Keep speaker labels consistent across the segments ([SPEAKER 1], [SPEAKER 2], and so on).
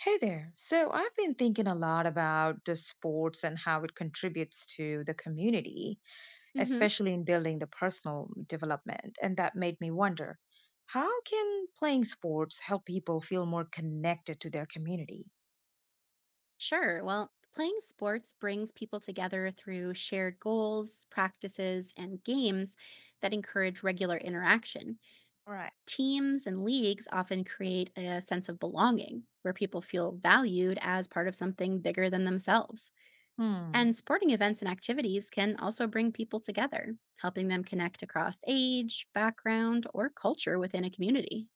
[SPEAKER 1] Hey there. So I've been thinking a lot about the sports and how it contributes to the community,
[SPEAKER 2] hmm
[SPEAKER 1] especially in building the personal development. And that made me wonder, how can playing sports help people feel more connected to their community?
[SPEAKER 2] Sure. Well, playing sports brings people together through shared goals, practices, and games that encourage regular interaction.
[SPEAKER 1] Right.
[SPEAKER 2] Teams and leagues often create a sense of belonging where people feel valued as part of something bigger than themselves.
[SPEAKER 1] Hmm,
[SPEAKER 2] And sporting events and activities can also bring people together, helping them connect across age, background, or culture within a community.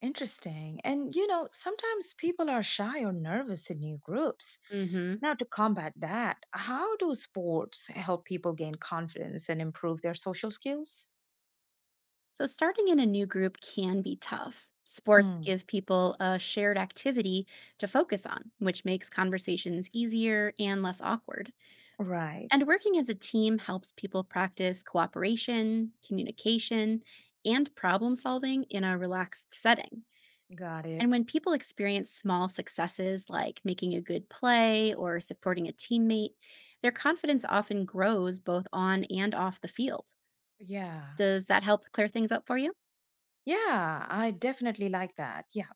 [SPEAKER 1] interesting. And sometimes people are shy or nervous in new groups.
[SPEAKER 2] Mm hmm.
[SPEAKER 1] Now, to combat that, how do sports help people gain confidence and improve their social skills?
[SPEAKER 2] So, starting in a new group can be tough. Sports
[SPEAKER 1] Hmm,
[SPEAKER 2] give people a shared activity to focus on, which makes conversations easier and less awkward.
[SPEAKER 1] right.
[SPEAKER 2] And working as a team helps people practice cooperation, communication, and problem solving in a relaxed setting.
[SPEAKER 1] Got it.
[SPEAKER 2] And when people experience small successes like making a good play or supporting a teammate, their confidence often grows both on and off the field.
[SPEAKER 1] Yeah.
[SPEAKER 2] Does that help clear things up for you?
[SPEAKER 1] Yeah, I definitely like that. Yeah.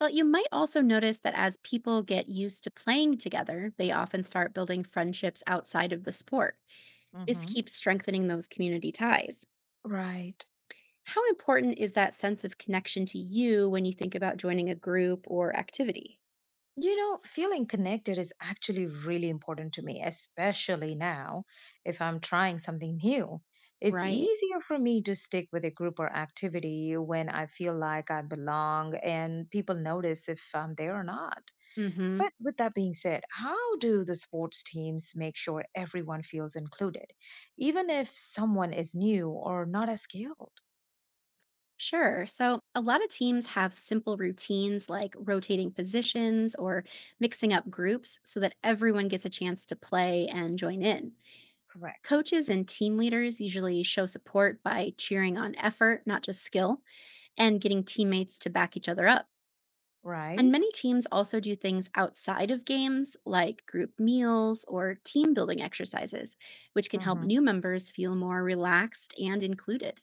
[SPEAKER 2] Well, you might also notice that as people get used to playing together, they often start building friendships outside of the sport. This
[SPEAKER 1] Hmm.
[SPEAKER 2] keeps strengthening those community ties.
[SPEAKER 1] Right.
[SPEAKER 2] How important is that sense of connection to you when you think about joining a group or activity?
[SPEAKER 1] You know, feeling connected is actually really important to me, especially now if I'm trying something new. It's
[SPEAKER 2] Right.
[SPEAKER 1] easier for me to stick with a group or activity when I feel like I belong and people notice if I'm there or not.
[SPEAKER 2] Mhm.
[SPEAKER 1] But with that being said, how do the sports teams make sure everyone feels included, even if someone is new or not as skilled?
[SPEAKER 2] Sure. So, a lot of teams have simple routines like rotating positions or mixing up groups so that everyone gets a chance to play and join in.
[SPEAKER 1] Correct.
[SPEAKER 2] Coaches and team leaders usually show support by cheering on effort, not just skill, and getting teammates to back each other up. And
[SPEAKER 1] Right?
[SPEAKER 2] many teams also do things outside of games, like group meals or team building exercises, which can help
[SPEAKER 1] Hmm.
[SPEAKER 2] new members feel more relaxed and included.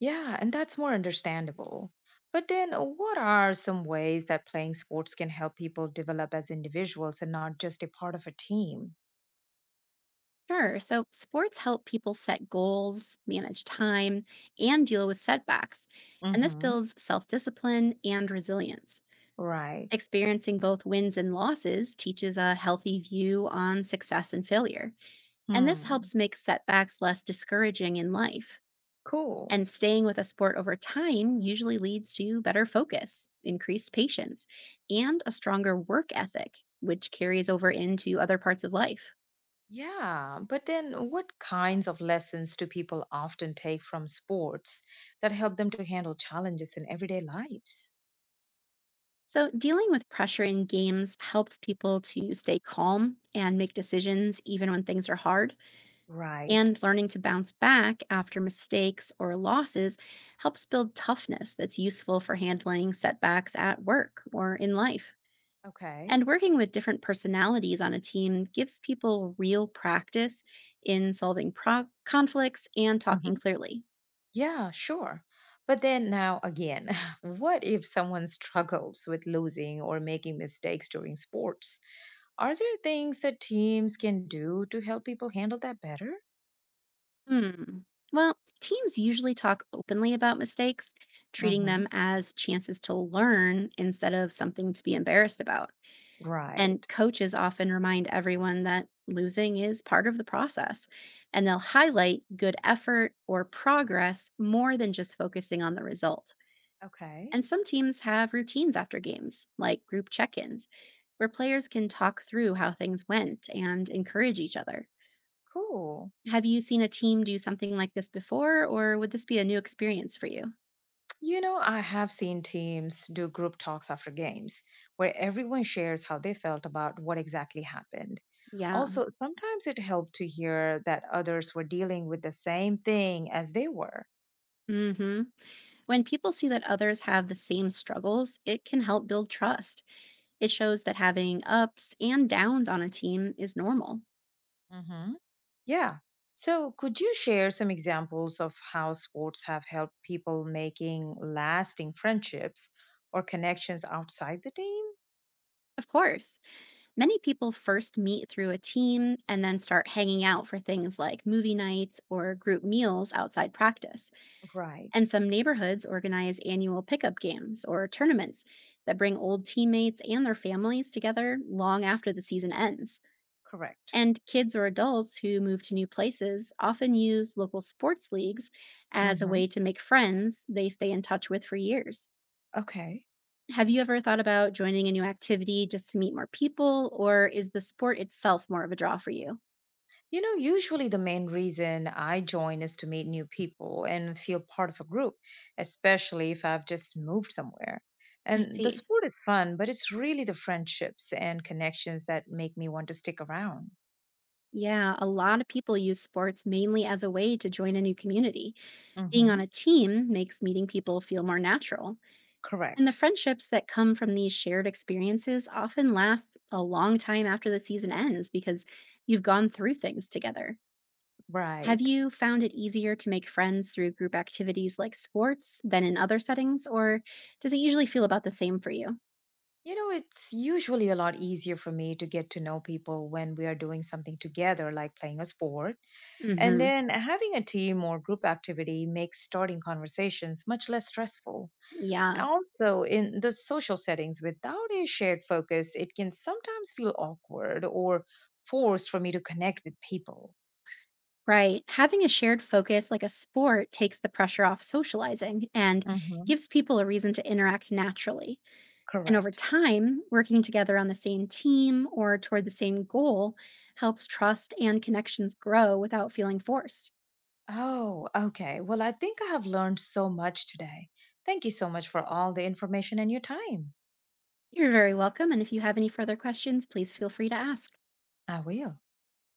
[SPEAKER 1] Yeah, and that's more understandable. But then, what are some ways that playing sports can help people develop as individuals and not just a part of a team?
[SPEAKER 2] Sure, so sports help people set goals, manage time, and deal with setbacks. And this
[SPEAKER 1] Hmm.
[SPEAKER 2] builds self discipline and resilience.
[SPEAKER 1] Right.
[SPEAKER 2] Experiencing both wins and losses teaches a healthy view on success and failure, and this
[SPEAKER 1] Hmm.
[SPEAKER 2] helps make setbacks less discouraging in life.
[SPEAKER 1] Cool.
[SPEAKER 2] And staying with a sport over time usually leads to better focus, increased patience, and a stronger work ethic, which carries over into other parts of life.
[SPEAKER 1] Yeah. But then, what kinds of lessons do people often take from sports that help them to handle challenges in everyday lives?
[SPEAKER 2] So, dealing with pressure in games helps people to stay calm and make decisions even when things are hard.
[SPEAKER 1] Right.
[SPEAKER 2] And learning to bounce back after mistakes or losses helps build toughness that's useful for handling setbacks at work or in life.
[SPEAKER 1] Okay.
[SPEAKER 2] And working with different personalities on a team gives people real practice in solving conflicts and talking
[SPEAKER 1] Hmm.
[SPEAKER 2] clearly.
[SPEAKER 1] Yeah, sure. But then now again, what if someone struggles with losing or making mistakes during sports? Are there things that teams can do to help people handle that better?
[SPEAKER 2] Hmm. Well, teams usually talk openly about mistakes, treating them
[SPEAKER 1] Hmm.
[SPEAKER 2] as chances to learn instead of something to be embarrassed about. And
[SPEAKER 1] Right.
[SPEAKER 2] coaches often remind everyone that losing is part of the process, and they'll highlight good effort or progress more than just focusing on the result.
[SPEAKER 1] Okay.
[SPEAKER 2] And some teams have routines after games, like group check ins, where players can talk through how things went and encourage each other.
[SPEAKER 1] Cool.
[SPEAKER 2] Have you seen a team do something like this before, or would this be a new experience for you?
[SPEAKER 1] You know, I have seen teams do group talks after games where everyone shares how they felt about what exactly happened.
[SPEAKER 2] Yeah.
[SPEAKER 1] Also, sometimes it helped to hear that others were dealing with the same thing as they were.
[SPEAKER 2] hmm When people see that others have the same struggles, it can help build trust. It shows that having ups and downs on a team is normal.
[SPEAKER 1] Hmm. Yeah. So, could you share some examples of how sports have helped people making lasting friendships or connections outside the team?
[SPEAKER 2] Of course, many people first meet through a team and then start hanging out for things like movie nights or group meals outside practice.
[SPEAKER 1] Right,
[SPEAKER 2] And some neighborhoods organize annual pickup games or tournaments that bring old teammates and their families together long after the season ends.
[SPEAKER 1] correct.
[SPEAKER 2] And kids or adults who move to new places often use local sports leagues as a
[SPEAKER 1] Mm-hmm.
[SPEAKER 2] way to make friends they stay in touch with for years.
[SPEAKER 1] Okay.
[SPEAKER 2] Have you ever thought about joining a new activity just to meet more people, or is the sport itself more of a draw for you?
[SPEAKER 1] You know, usually the main reason I join is to meet new people and feel part of a group, especially if I've just moved somewhere.
[SPEAKER 2] I
[SPEAKER 1] And the
[SPEAKER 2] see.
[SPEAKER 1] sport is fun, but it's really the friendships and connections that make me want to stick around.
[SPEAKER 2] Yeah, a lot of people use sports mainly as a way to join a new community. Being
[SPEAKER 1] Mm-hmm.
[SPEAKER 2] on a team makes meeting people feel more natural. And the
[SPEAKER 1] Correct.
[SPEAKER 2] friendships that come from these shared experiences often last a long time after the season ends because you've gone through things together. Have
[SPEAKER 1] Right.
[SPEAKER 2] you found it easier to make friends through group activities like sports than in other settings, or does it usually feel about the same for you?
[SPEAKER 1] You know, it's usually a lot easier for me to get to know people when we are doing something together, like playing a sport. And
[SPEAKER 2] Mhm.
[SPEAKER 1] then having a team or group activity makes starting conversations much less stressful.
[SPEAKER 2] Yeah,
[SPEAKER 1] Also, in the social settings, without a shared focus, it can sometimes feel awkward or forced for me to connect with people.
[SPEAKER 2] right. Having a shared focus like a sport takes the pressure off socializing and
[SPEAKER 1] Hmm.
[SPEAKER 2] gives people a reason to interact naturally. And over
[SPEAKER 1] Correct.
[SPEAKER 2] time, working together on the same team or toward the same goal helps trust and connections grow without feeling forced.
[SPEAKER 1] Oh, okay. Well, I think I have learned so much today. Thank you so much for all the information and your time.
[SPEAKER 2] You're very welcome. And if you have any further questions, please feel free to ask.
[SPEAKER 1] I will.